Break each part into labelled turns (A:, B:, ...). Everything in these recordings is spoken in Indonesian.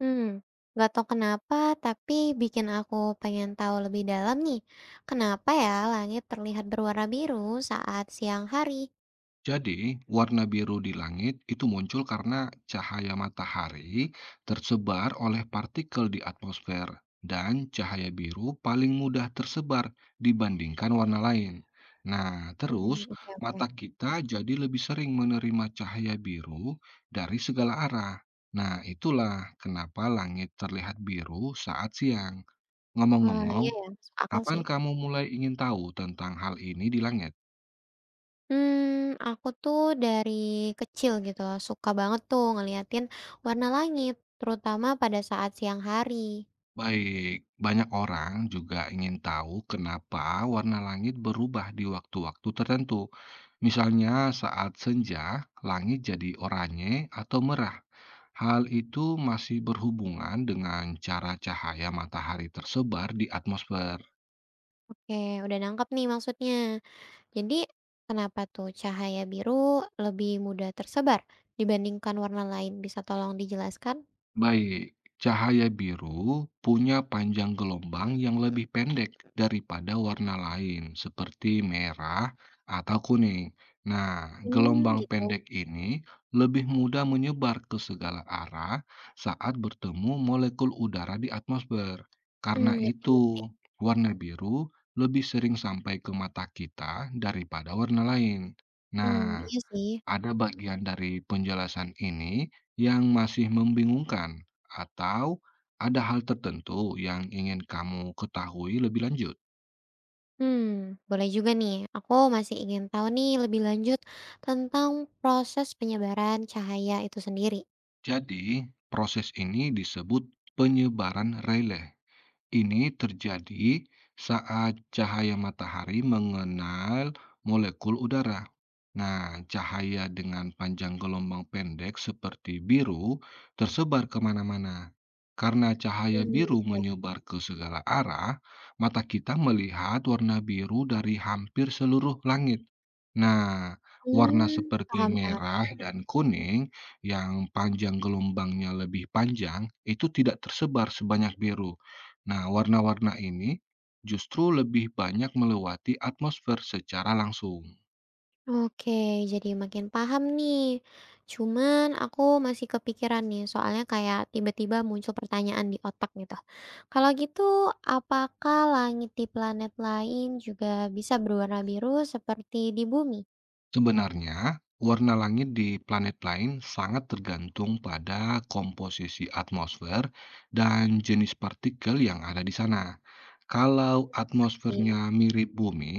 A: Hmm, nggak tau kenapa, tapi bikin aku pengen tahu lebih dalam nih. Kenapa ya langit terlihat berwarna biru saat siang hari?
B: Jadi, warna biru di langit itu muncul karena cahaya matahari tersebar oleh partikel di atmosfer, dan cahaya biru paling mudah tersebar dibandingkan warna lain. Nah,
A: Hmm,
B: terus
A: oke oke.
B: mata kita jadi lebih sering menerima cahaya biru dari segala arah. Nah, itulah kenapa langit terlihat biru saat siang.
A: Wah,
B: Ngomong-ngomong,
A: iya ya, masuk akal
B: kapan
A: sih.
B: kamu mulai ingin tahu tentang hal ini di langit?
A: Hmm, aku tuh dari kecil gitu, suka banget tuh ngeliatin warna langit, terutama pada saat siang hari.
B: Baik, banyak orang juga ingin tahu kenapa warna langit berubah di waktu-waktu tertentu. Misalnya saat senja, langit jadi oranye atau merah. Hal itu masih berhubungan dengan cara cahaya matahari tersebar di atmosfer.
A: Oke, udah nangkep nih maksudnya. Jadi, kenapa tuh cahaya biru lebih mudah tersebar dibandingkan warna lain? Bisa tolong dijelaskan?
B: Baik, cahaya biru punya panjang gelombang yang lebih pendek daripada warna lain, seperti merah atau kuning. Nah,
A: Mmm,
B: gelombang
A: gitu.
B: pendek ini lebih mudah menyebar ke segala arah saat bertemu molekul udara di atmosfer.
A: Mmm,
B: Karena
A: ngerti ngerti.
B: itu, warna biru lebih sering sampai ke mata kita daripada warna lain.
A: Mmm,
B: Nah,
A: iya sih.
B: ada bagian dari penjelasan ini yang masih membingungkan, atau ada hal tertentu yang ingin kamu ketahui lebih lanjut.
A: Mmm, boleh juga nih. Aku masih ingin tahu nih lebih lanjut tentang proses penyebaran cahaya itu sendiri.
B: Jadi, proses ini disebut penyebaran relay. Ini terjadi saat cahaya matahari mengenal molekul udara. Nah, cahaya dengan panjang gelombang pendek seperti biru tersebar kemana-mana. Karena cahaya
A: Mmm,
B: biru
A: gitu.
B: menyebar ke segala arah, mata kita melihat warna biru dari hampir seluruh langit. Nah, warna
A: Mmm,
B: seperti
A: paham paham.
B: merah dan kuning yang panjang gelombangnya lebih panjang itu tidak tersebar sebanyak biru. Nah, warna-warna ini justru lebih banyak melewati atmosfer secara langsung.
A: Oke, jadi makin paham nih. Cuman aku masih kepikiran nih, soalnya kayak tiba-tiba muncul pertanyaan di otak gitu. Kalau gitu, apakah langit di planet lain juga bisa berwarna biru seperti di bumi?
B: Sebenarnya, warna langit di planet lain sangat tergantung pada komposisi atmosfer dan jenis partikel yang ada di sana. Kalau atmosfernya mirip bumi,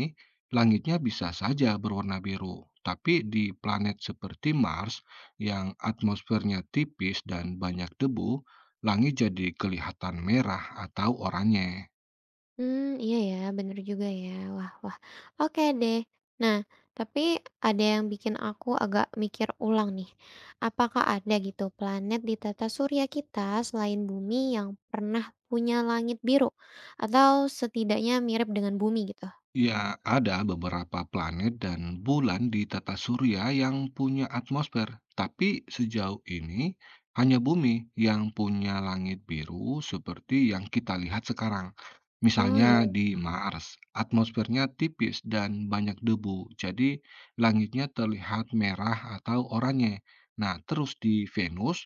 B: langitnya bisa saja berwarna biru. Tapi di planet seperti Mars yang atmosfernya tipis dan banyak debu, langit jadi kelihatan merah atau oranye.
A: Hmm, iya ya, bener juga ya. Wah wah, oke deh. Nah, tapi ada yang bikin aku agak mikir ulang nih. Apakah ada gitu planet di tata surya kita selain Bumi yang pernah punya langit biru atau setidaknya mirip dengan Bumi gitu?
B: Ya, ada beberapa planet dan bulan di tata surya yang punya atmosfer, tapi sejauh ini hanya bumi yang punya langit biru seperti yang kita lihat sekarang.
A: Oh
B: Misalnya
A: iya.
B: di Mars, atmosfernya tipis dan banyak debu, jadi langitnya terlihat merah atau oranye. Nah, terus di Venus,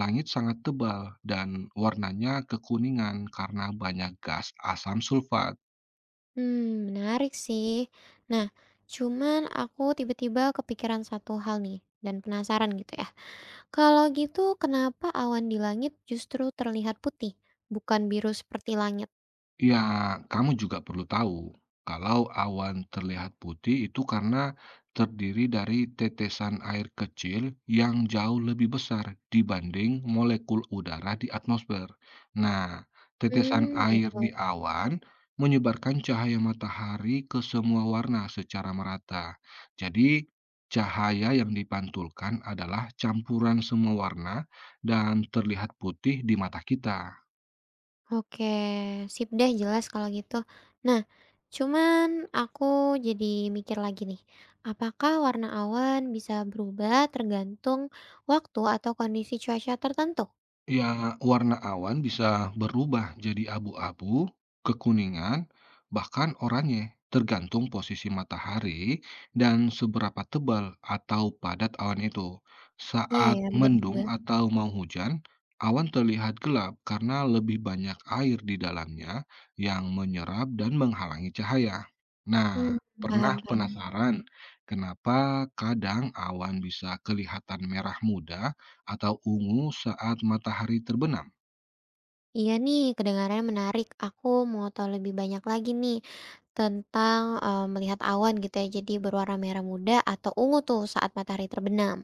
B: langit sangat tebal dan warnanya kekuningan karena banyak gas asam sulfat.
A: Hmm, menarik sih. Nah, cuman aku tiba-tiba kepikiran satu hal nih dan penasaran gitu ya. Kalau gitu, kenapa awan di langit justru terlihat putih, bukan biru seperti langit?
B: Ya, kamu juga perlu tahu kalau awan terlihat putih itu karena terdiri dari tetesan air kecil yang jauh lebih besar dibanding molekul udara di atmosfer. Nah, tetesan
A: Hmm,
B: air di
A: gitu.
B: awan menyebarkan cahaya matahari ke semua warna secara merata. Jadi, cahaya yang dipantulkan adalah campuran semua warna dan terlihat putih di mata kita.
A: Oke, sip deh, jelas kalau gitu. Nah, cuman aku jadi mikir lagi nih, apakah warna awan bisa berubah tergantung waktu atau kondisi cuaca tertentu?
B: Ya, warna awan bisa berubah jadi abu-abu, kekuningan, bahkan oranye, tergantung posisi matahari dan seberapa tebal atau padat awan itu.
A: Iya
B: Saat
A: ya, benar juga.
B: mendung atau mau hujan, awan terlihat gelap karena lebih banyak air di dalamnya yang menyerap dan menghalangi cahaya. Nah,
A: Hmm,
B: pernah
A: paham paham.
B: penasaran kenapa kadang awan bisa kelihatan merah muda? Atau ungu saat matahari terbenam?
A: Iya nih, kedengarannya menarik. Aku mau tahu lebih banyak lagi nih. Tentang, melihat awan gitu ya, jadi berwarna merah muda atau ungu tuh saat matahari terbenam.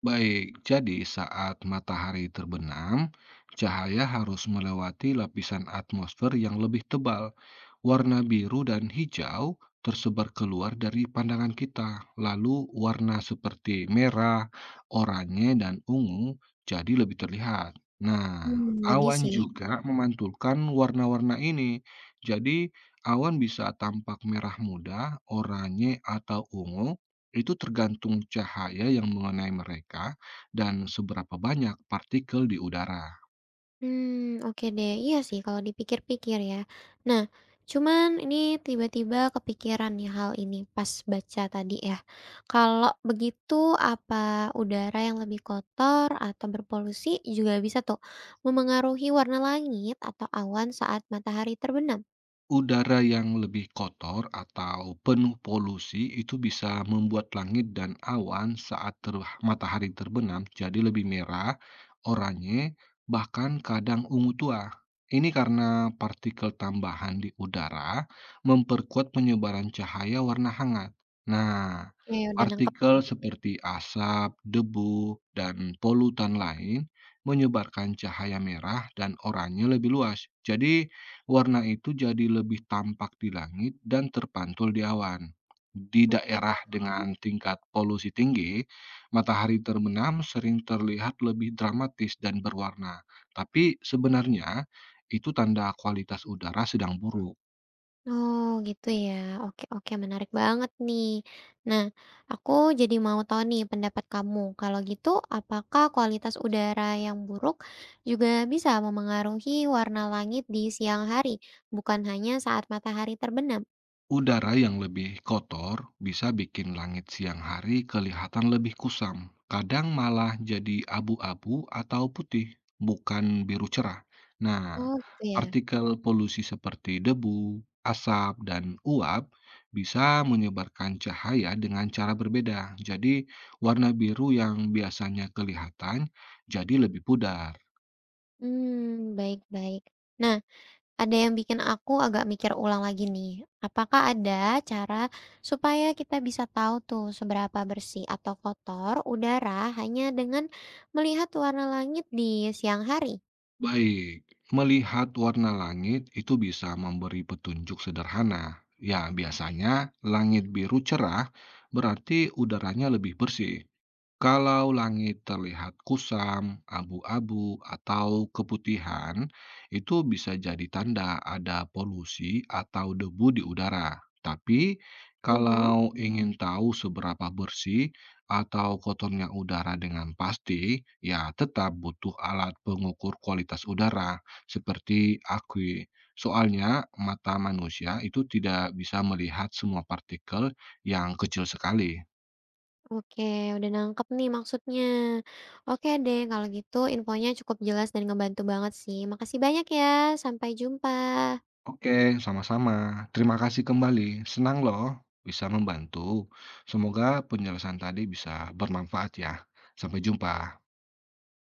B: Baik, jadi saat matahari terbenam, cahaya harus melewati lapisan atmosfer yang lebih tebal. Warna biru dan hijau tersebar keluar dari pandangan kita. Lalu warna seperti merah, oranye, dan ungu jadi lebih terlihat. Nah,
A: Mmm, logis
B: awan
A: sih.
B: juga memantulkan warna-warna ini. Jadi, awan bisa tampak merah muda, oranye, atau ungu. Itu tergantung cahaya yang mengenai mereka dan seberapa banyak partikel di udara.
A: Mmm, oke deh. Iya sih kalau dipikir-pikir ya. Nah, cuman ini tiba-tiba kepikiran nih hal ini pas baca tadi ya. Kalau begitu apa udara yang lebih kotor atau berpolusi juga bisa tuh memengaruhi warna langit atau awan saat matahari terbenam?
B: Udara yang lebih kotor atau penuh polusi itu bisa membuat langit dan awan saat matahari terbenam jadi lebih merah, oranye, bahkan kadang ungu tua. Ini karena partikel tambahan di udara memperkuat penyebaran cahaya warna hangat. Nah,
A: Oke, udah nangkep nih.
B: partikel seperti asap, debu, dan polutan lain menyebarkan cahaya merah dan oranye lebih luas. Jadi, warna itu jadi lebih tampak di langit dan terpantul di awan. Di
A: Oke.
B: daerah dengan tingkat polusi tinggi, matahari terbenam sering terlihat lebih dramatis dan berwarna. Tapi sebenarnya itu tanda kualitas udara sedang buruk.
A: Oh, gitu ya. Oke, oke, menarik banget nih. Nah, aku jadi mau tahu nih pendapat kamu. Kalau gitu, apakah kualitas udara yang buruk juga bisa memengaruhi warna langit di siang hari, bukan hanya saat matahari terbenam?
B: Udara yang lebih kotor bisa bikin langit siang hari kelihatan lebih kusam, kadang malah jadi abu-abu atau putih, bukan biru cerah. Nah,
A: Oh, gitu ya.
B: partikel polusi seperti debu, asap, dan uap bisa menyebarkan cahaya dengan cara berbeda. Jadi, warna biru yang biasanya kelihatan jadi lebih pudar.
A: Hmm, baik-baik. Nah, ada yang bikin aku agak mikir ulang lagi nih, apakah ada cara supaya kita bisa tahu tuh seberapa bersih atau kotor udara hanya dengan melihat warna langit di siang hari?
B: Baik, melihat warna langit itu bisa memberi petunjuk sederhana. Ya, biasanya langit biru cerah berarti udaranya lebih bersih. Kalau langit terlihat kusam, abu-abu, atau keputihan, itu bisa jadi tanda ada polusi atau debu di udara. Tapi,
A: Mhm.
B: kalau ingin tahu seberapa bersih atau kotornya udara dengan pasti, ya tetap butuh alat pengukur kualitas udara seperti akui. Soalnya, mata manusia itu tidak bisa melihat semua partikel yang kecil sekali.
A: Oke, udah nangkep nih maksudnya. Oke deh, kalau gitu infonya cukup jelas dan ngebantu banget sih. Makasih banyak ya, sampai jumpa.
B: Oke, sama-sama. Terima kasih kembali. Senang loh bisa membantu. Semoga penjelasan tadi bisa bermanfaat ya. Sampai jumpa.